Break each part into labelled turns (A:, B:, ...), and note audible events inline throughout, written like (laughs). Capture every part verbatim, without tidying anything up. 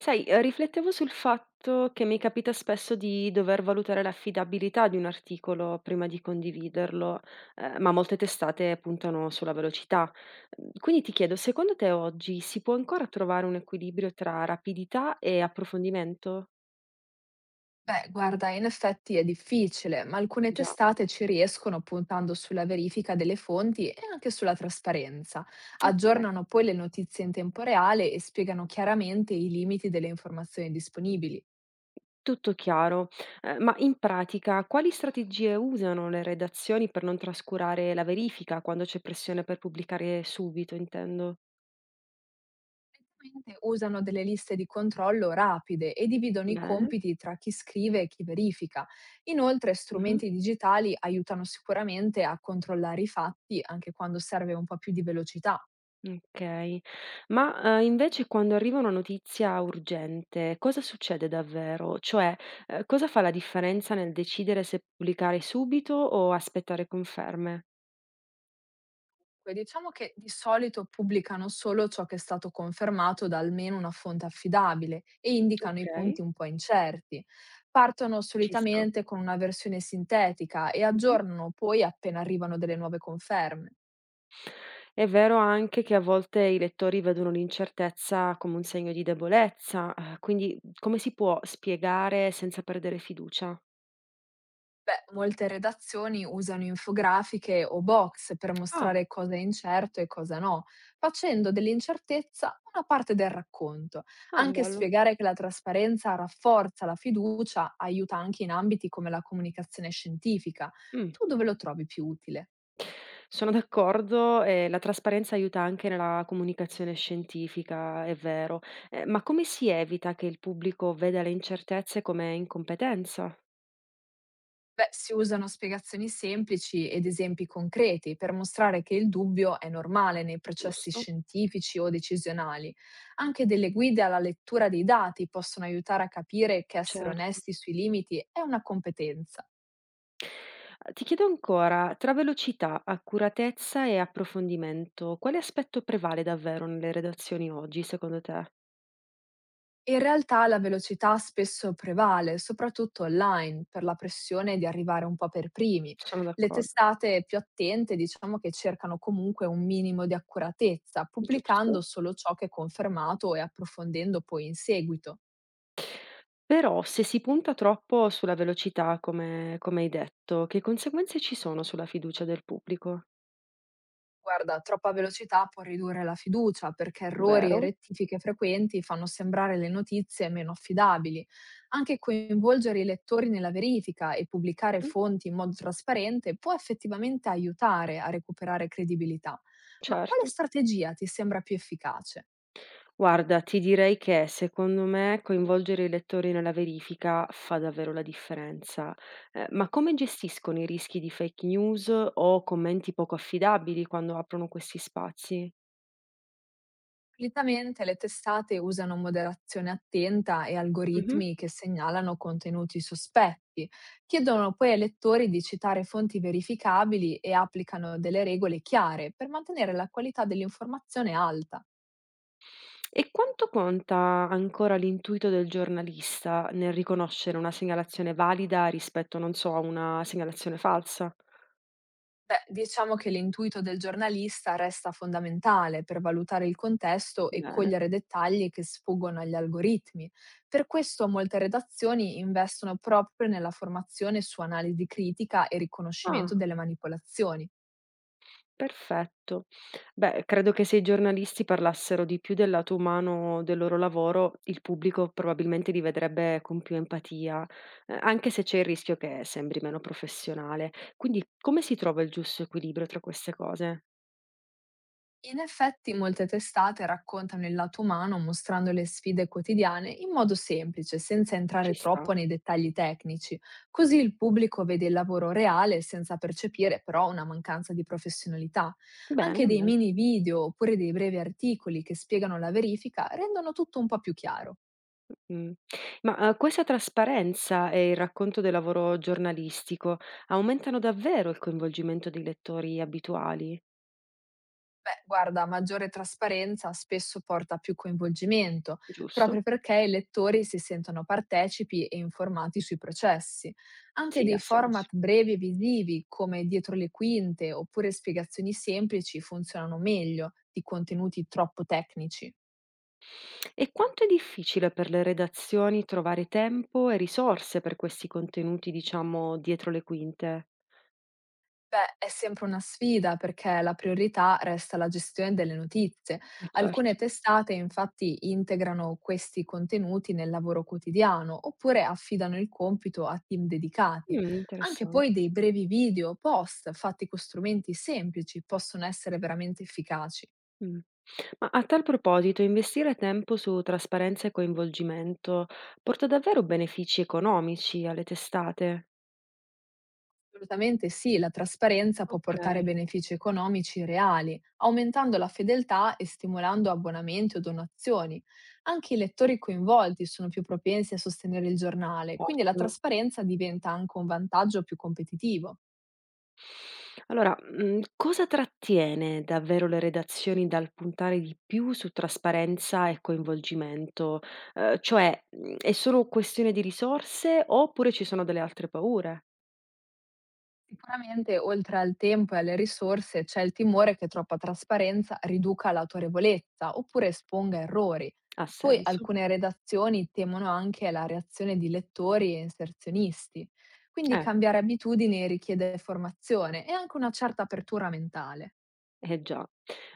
A: Sai, ehm, riflettevo sul fatto che mi capita spesso di dover valutare l'affidabilità di un articolo prima di condividerlo, ehm, ma molte testate puntano sulla velocità. Mhmm, quindi ti chiedo, secondo te oggi si può ancora trovare un equilibrio tra rapidità e approfondimento?
B: Beh, guarda, in effetti è difficile, ma alcune
A: Già,
B: testate ci riescono puntando sulla verifica delle fonti e anche sulla trasparenza.
A: okay,
B: Aggiornano poi le notizie in tempo reale e spiegano chiaramente i limiti delle informazioni disponibili.
A: tutto chiaro. Ehm, ma in pratica quali strategie usano le redazioni per non trascurare la verifica quando c'è pressione per pubblicare subito, intendo?
B: Ovviamente usano delle liste di controllo rapide e dividono i
A: Bene.
B: compiti tra chi scrive e chi verifica. Inoltre,
A: Mh-mh.
B: strumenti digitali aiutano sicuramente a controllare i fatti anche quando serve un po' più di velocità.
A: Okay. Ma, ehm, invece quando arriva una notizia urgente, cosa succede davvero? Cioè, ehm, cosa fa la differenza nel decidere se pubblicare subito o aspettare conferme?
B: Dunque, diciamo che di solito pubblicano solo ciò che è stato confermato da almeno una fonte affidabile e indicano i
A: Okay,
B: punti un po' incerti. Partono
A: ci sta.
B: solitamente con una versione sintetica e
A: Mh-mh.
B: aggiornano poi appena arrivano delle nuove conferme.
A: È vero anche che a volte i lettori vedono l'incertezza come un segno di debolezza, ehm, quindi come si può spiegare senza perdere fiducia?
B: Beh, molte redazioni usano infografiche o box per
A: Ah,
B: mostrare cosa è incerto e cosa no, facendo dell'incertezza una parte del racconto.
A: ah
B: Anche
A: bello.
B: spiegare che la trasparenza rafforza la fiducia aiuta anche in ambiti come la comunicazione scientifica.
A: Mh.
B: Tu dove lo trovi più utile?
A: Sono d'accordo, ehm, la trasparenza aiuta anche nella comunicazione scientifica, è vero. Ehm, ma come si evita che il pubblico veda le incertezze come incompetenza?
B: Beh, si usano spiegazioni semplici ed esempi concreti per mostrare che il dubbio è normale nei processi
A: Giusto?
B: scientifici o decisionali. Anche delle guide alla lettura dei dati possono aiutare a capire che essere
A: Certo.
B: onesti sui limiti è una competenza.
A: Uhm, ti chiedo ancora, tra velocità, accuratezza e approfondimento, quale aspetto prevale davvero nelle redazioni oggi secondo te?
B: In realtà la velocità spesso prevale, soprattutto online, per la pressione di arrivare un po' per primi.
A: Sono
B: Le
A: d'accordo,
B: testate più attente diciamo che cercano comunque un minimo di accuratezza, pubblicando
A: giusto.
B: solo ciò che è confermato e approfondendo poi in seguito.
A: Però se si punta troppo sulla velocità, come come hai detto, che conseguenze ci sono sulla fiducia del pubblico?
B: Guarda, troppa velocità può ridurre la fiducia perché errori e
A: Vero.
B: rettifiche frequenti fanno sembrare le notizie meno affidabili. Anche coinvolgere i lettori nella verifica e pubblicare
A: Mh-mh.
B: fonti in modo trasparente può effettivamente aiutare a recuperare credibilità. Ma quale
A: Certo.
B: strategia ti sembra più efficace?
A: Guarda, ti direi che secondo me coinvolgere i lettori nella verifica fa davvero la differenza. Ehm, ma come gestiscono i rischi di fake news o commenti poco affidabili quando aprono questi spazi?
B: Solitamente le testate usano moderazione attenta e
A: Mh-mh.
B: algoritmi che segnalano contenuti sospetti, chiedono poi ai lettori di citare fonti verificabili e applicano delle regole chiare per mantenere la qualità dell'informazione alta.
A: E quanto conta ancora l'intuito del giornalista nel riconoscere una segnalazione valida rispetto, non so, a una segnalazione falsa?
B: Beh, diciamo che l'intuito del giornalista resta fondamentale per valutare il contesto e
A: Bene.
B: cogliere dettagli che sfuggono agli algoritmi. Per questo molte redazioni investono proprio nella formazione su analisi critica e riconoscimento
A: Ah.
B: delle manipolazioni.
A: Perfetto. Beh, credo che se i giornalisti parlassero di più del lato umano del loro lavoro, il pubblico probabilmente li vedrebbe con più empatia, eh, anche se c'è il rischio che sembri meno professionale. Quindi come si trova il giusto equilibrio tra queste cose?
B: In effetti molte testate raccontano il lato umano mostrando le sfide quotidiane in modo semplice, senza
A: Ci
B: entrare
A: sta?
B: troppo nei dettagli tecnici, così il pubblico vede il lavoro reale senza percepire però una mancanza di professionalità. Anche
A: Bene,
B: dei
A: bene.
B: mini video oppure dei brevi articoli che spiegano la verifica rendono tutto un po' più chiaro.
A: Mm. Ma eh, questa trasparenza e il racconto del lavoro giornalistico aumentano davvero il coinvolgimento dei lettori abituali,
B: Beh, guarda, maggiore trasparenza spesso porta a più coinvolgimento,
A: giusto?
B: proprio perché i lettori si sentono partecipi e informati sui processi. Anche
A: Sì,
B: dei
A: ha
B: format
A: senso.
B: brevi e visivi, come dietro le quinte oppure spiegazioni semplici, funzionano meglio di contenuti troppo tecnici.
A: E quanto è difficile per le redazioni trovare tempo e risorse per questi contenuti, diciamo, dietro le quinte?
B: Beh, è sempre una sfida perché la priorità resta la gestione delle notizie.
A: Eh
B: Alcune
A: certo.
B: testate infatti integrano questi contenuti nel lavoro quotidiano oppure affidano il compito a team dedicati.
A: Mh,
B: Anche
A: interessante.
B: poi dei brevi video o post fatti con strumenti semplici possono essere veramente efficaci.
A: Mh. Ma a tal proposito, investire tempo su trasparenza e coinvolgimento porta davvero benefici economici alle testate?
B: Assolutamente sì, la trasparenza può portare
A: Okay,
B: benefici economici reali, aumentando la fedeltà e stimolando abbonamenti o donazioni. Anche i lettori coinvolti sono più propensi a sostenere il giornale, quindi la
A: ottimo.
B: trasparenza diventa anche un vantaggio più competitivo.
A: Allora, mhmm, cosa trattiene davvero le redazioni dal puntare di più su trasparenza e coinvolgimento? Ehm, cioè, mhmm, è solo questione di risorse oppure ci sono delle altre paure?
B: Sicuramente, oltre al tempo e alle risorse, c'è il timore che troppa trasparenza riduca l'autorevolezza oppure esponga errori.
A: Ha
B: Poi
A: senso.
B: alcune redazioni temono anche la reazione di lettori e inserzionisti. Quindi
A: Eh,
B: cambiare abitudini richiede formazione e anche una certa apertura mentale.
A: eh già.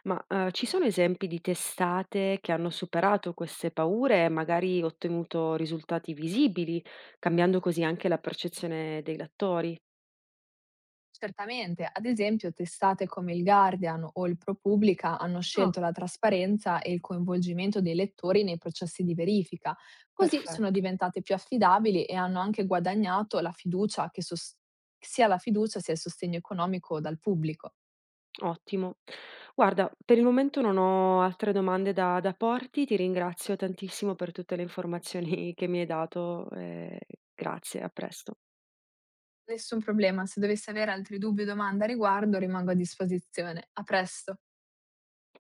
A: Ma, ehm, ci sono esempi di testate che hanno superato queste paure e magari ottenuto risultati visibili, cambiando così anche la percezione dei lettori?
B: Certamente, ad esempio testate come il Guardian o il ProPublica hanno scelto
A: Ah,
B: la trasparenza e il coinvolgimento dei lettori nei processi di verifica, così sono
A: perfetto.
B: diventate più affidabili e hanno anche guadagnato la fiducia che sos- sia la fiducia sia il sostegno economico dal pubblico.
A: Ottimo. Guarda, per il momento non ho altre domande da da porti, ti ringrazio tantissimo per tutte le informazioni (laughs) che mi hai dato, ehm, grazie, a presto.
B: Nessun problema, se dovessi avere altri dubbi o domande a riguardo rimango a disposizione. A presto!